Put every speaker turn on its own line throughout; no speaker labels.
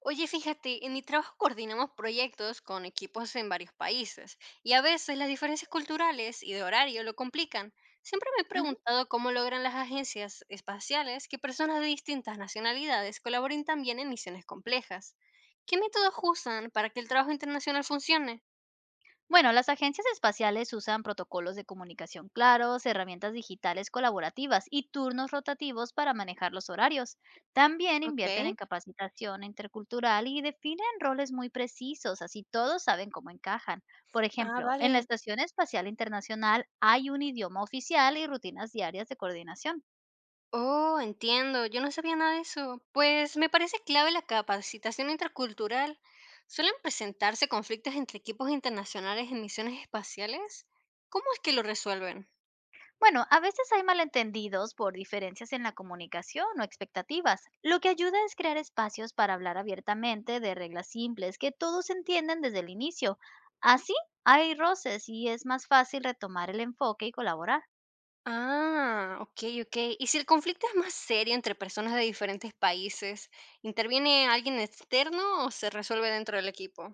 Oye, fíjate, en mi trabajo coordinamos proyectos con equipos en varios países y a veces las diferencias culturales y de horario lo complican. Siempre me he
Ujú.
preguntado cómo logran las agencias espaciales que personas de distintas nacionalidades colaboren también en misiones complejas. ¿Qué métodos usan para que el trabajo internacional funcione?
Bueno, las agencias espaciales usan protocolos de comunicación claros, herramientas digitales colaborativas y turnos rotativos para manejar los horarios. También invierten
Ok.
en capacitación intercultural y definen roles muy precisos, así todos saben cómo encajan. Por
Ah,
ejemplo, en la
vale.
Estación Espacial Internacional hay un idioma oficial y rutinas diarias de coordinación.
Oh, entiendo, yo no sabía nada de eso. Pues me parece clave la capacitación intercultural. ¿Suelen presentarse conflictos entre equipos internacionales en misiones espaciales? ¿Cómo es que lo resuelven?
Bueno, a veces hay malentendidos por diferencias en la comunicación o expectativas. Lo que ayuda es crear espacios para hablar abiertamente de reglas simples que todos entienden desde el inicio. Así hay roces y es más fácil retomar el enfoque y colaborar.
Ah, ok, ok. ¿Y si el conflicto es más serio entre personas de diferentes países, interviene alguien externo o se resuelve dentro del equipo?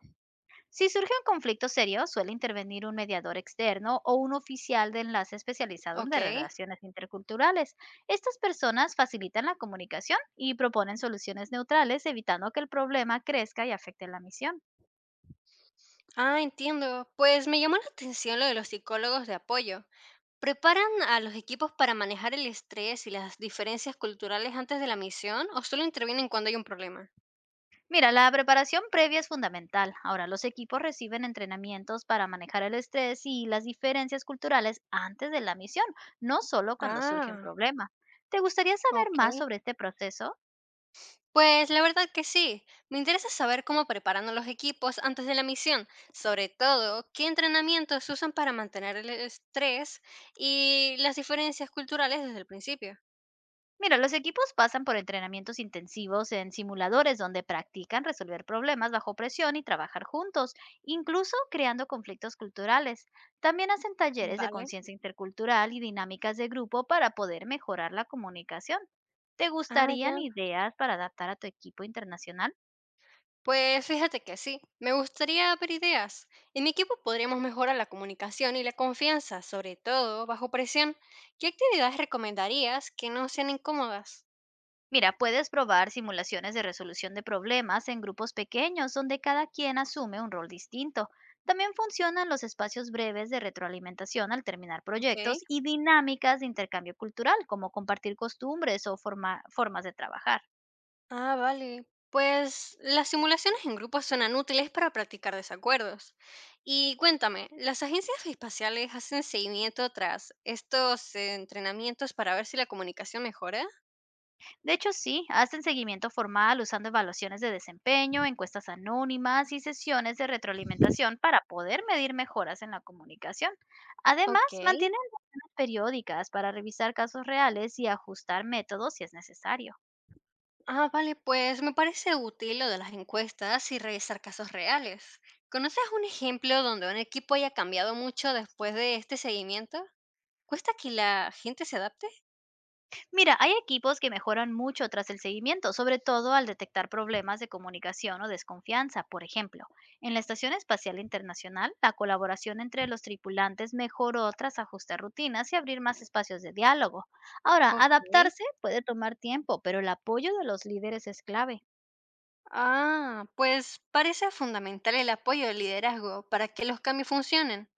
Si surge un conflicto serio, suele intervenir un mediador externo o un oficial de enlace especializado en
Ok.
de relaciones interculturales. Estas personas facilitan la comunicación y proponen soluciones neutrales, evitando que el problema crezca y afecte la misión.
Ah, entiendo. Pues me llamó la atención lo de los psicólogos de apoyo. ¿Preparan a los equipos para manejar el estrés y las diferencias culturales antes de la misión o solo intervienen cuando hay un problema?
Mira, la preparación previa es fundamental. Ahora, los equipos reciben entrenamientos para manejar el estrés y las diferencias culturales antes de la misión, no solo cuando surge un
Ah,
problema. ¿Te gustaría saber
ok.
más sobre este proceso?
Pues la verdad que sí. Me interesa saber cómo preparan a los equipos antes de la misión, sobre todo qué entrenamientos usan para mantener el estrés y las diferencias culturales desde el principio.
Mira, los equipos pasan por entrenamientos intensivos en simuladores donde practican resolver problemas bajo presión y trabajar juntos, incluso creando conflictos culturales. También hacen talleres de
Vale.
conciencia intercultural y dinámicas de grupo para poder mejorar la comunicación. ¿Te
Ah,
gustarían
ya.
ideas para adaptar a tu equipo internacional?
Pues fíjate que sí, me gustaría ver ideas. En mi equipo podríamos mejorar la comunicación y la confianza, sobre todo bajo presión. ¿Qué actividades recomendarías que no sean incómodas?
Mira, puedes probar simulaciones de resolución de problemas en grupos pequeños donde cada quien asume un rol distinto. También funcionan los espacios breves de retroalimentación al terminar proyectos
Ok.
y dinámicas de intercambio cultural, como compartir costumbres o formas de trabajar.
Ah, vale. Pues las simulaciones en grupo suenan útiles para practicar desacuerdos. Y cuéntame, ¿las agencias espaciales hacen seguimiento tras estos entrenamientos para ver si la comunicación mejora?
De hecho, sí, hacen seguimiento formal usando evaluaciones de desempeño, encuestas anónimas y sesiones de retroalimentación para poder medir mejoras en la comunicación. Además,
Ok.
mantienen reuniones periódicas para revisar casos reales y ajustar métodos si es necesario.
Ah, vale, pues me parece útil lo de las encuestas y revisar casos reales. ¿Conoces un ejemplo donde un equipo haya cambiado mucho después de este seguimiento? ¿Cuesta que la gente se adapte?
Mira, hay equipos que mejoran mucho tras el seguimiento, sobre todo al detectar problemas de comunicación o desconfianza. Por ejemplo, en la Estación Espacial Internacional, la colaboración entre los tripulantes mejoró tras ajustar rutinas y abrir más espacios de diálogo. Ahora,
Ok.
adaptarse puede tomar tiempo, pero el apoyo de los líderes es clave.
Ah, pues parece fundamental el apoyo del liderazgo para que los cambios funcionen.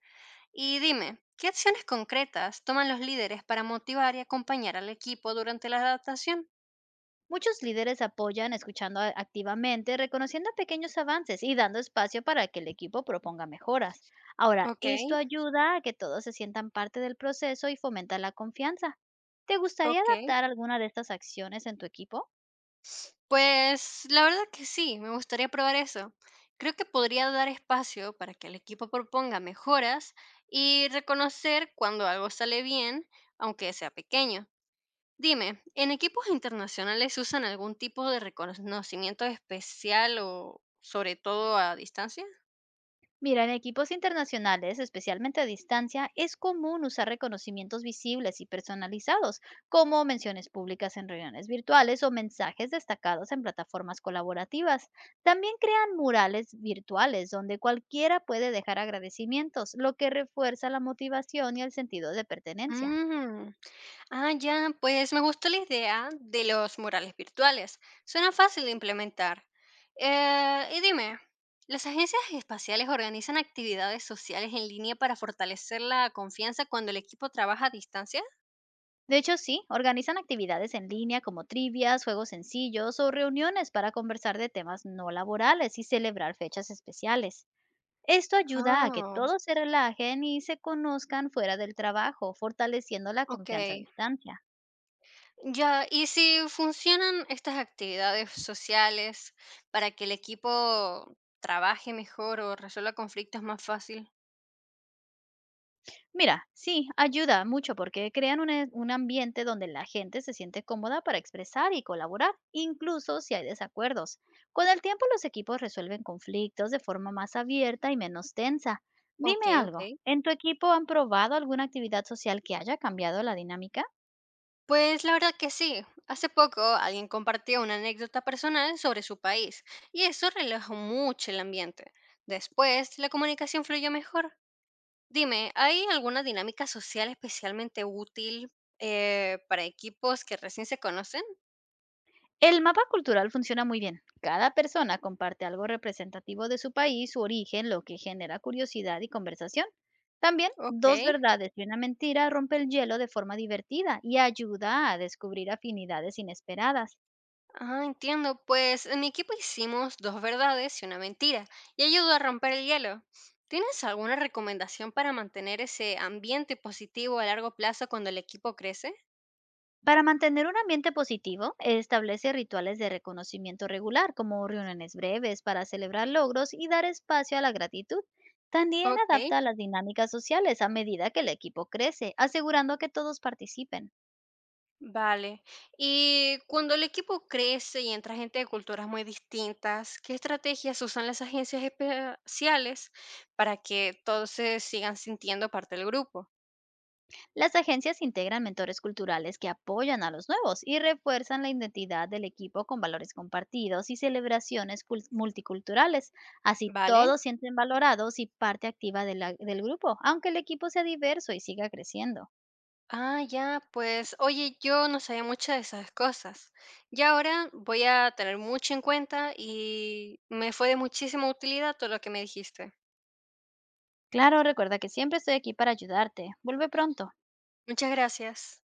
Y dime, ¿qué acciones concretas toman los líderes para motivar y acompañar al equipo durante la adaptación?
Muchos líderes apoyan escuchando activamente, reconociendo pequeños avances y dando espacio para que el equipo proponga mejoras. Ahora,
Ok,
esto ayuda a que todos se sientan parte del proceso y fomenta la confianza. ¿Te gustaría
ok.
adaptar alguna de estas acciones en tu equipo?
Pues, la verdad que sí, me gustaría probar eso. Creo que podría dar espacio para que el equipo proponga mejoras y reconocer cuando algo sale bien, aunque sea pequeño. Dime, ¿en equipos internacionales usan algún tipo de reconocimiento especial o sobre todo a distancia?
Mira, en equipos internacionales, especialmente a distancia, es común usar reconocimientos visibles y personalizados, como menciones públicas en reuniones virtuales o mensajes destacados en plataformas colaborativas. También crean murales virtuales donde cualquiera puede dejar agradecimientos, lo que refuerza la motivación y el sentido de pertenencia.
Mm. Ah, ya, pues me gusta la idea de los murales virtuales. Suena fácil de implementar. Y dime, ¿las agencias espaciales organizan actividades sociales en línea para fortalecer la confianza cuando el equipo trabaja a distancia?
De hecho, sí, organizan actividades en línea como trivias, juegos sencillos o reuniones para conversar de temas no laborales y celebrar fechas especiales. Esto ayuda a que
Ah,
todos se relajen y se conozcan fuera del trabajo, fortaleciendo la
ok.
confianza a distancia.
Ya, ¿y si funcionan estas actividades sociales para que el equipo trabaje mejor o resuelva conflictos más fácil?
Mira, sí, ayuda mucho porque crean un ambiente donde la gente se siente cómoda para expresar y colaborar, incluso si hay desacuerdos. Con el tiempo los equipos resuelven conflictos de forma más abierta y menos tensa.
Ok,
Dime
ok.
algo, ¿en tu equipo han probado alguna actividad social que haya cambiado la dinámica?
Pues la verdad que sí. Hace poco alguien compartió una anécdota personal sobre su país y eso relajó mucho el ambiente. Después, la comunicación fluyó mejor. Dime, ¿hay alguna dinámica social especialmente útil para equipos que recién se conocen?
El mapa cultural funciona muy bien. Cada persona comparte algo representativo de su país, su origen, lo que genera curiosidad y conversación. También, dos
Ok.
verdades y una mentira rompe el hielo de forma divertida y ayuda a descubrir afinidades inesperadas.
Ah, entiendo. Pues en mi equipo hicimos dos verdades y una mentira y ayudó a romper el hielo. ¿Tienes alguna recomendación para mantener ese ambiente positivo a largo plazo cuando el equipo crece?
Para mantener un ambiente positivo, establece rituales de reconocimiento regular, como reuniones breves para celebrar logros y dar espacio a la gratitud. También
Ok.
adapta las dinámicas sociales a medida que el equipo crece, asegurando que todos participen.
Vale. Y cuando el equipo crece y entra gente de culturas muy distintas, ¿qué estrategias usan las agencias especiales para que todos se sigan sintiendo parte del grupo?
Las agencias integran mentores culturales que apoyan a los nuevos y refuerzan la identidad del equipo con valores compartidos y celebraciones multiculturales. Así
¿Vale?
todos sienten valorados y parte activa de del grupo, aunque el equipo sea diverso y siga creciendo.
Ah, ya, pues, oye, yo no sabía muchas de esas cosas. Y ahora voy a tener mucho en cuenta y me fue de muchísima utilidad todo lo que me dijiste.
Claro, recuerda que siempre estoy aquí para ayudarte. Vuelve pronto.
Muchas gracias.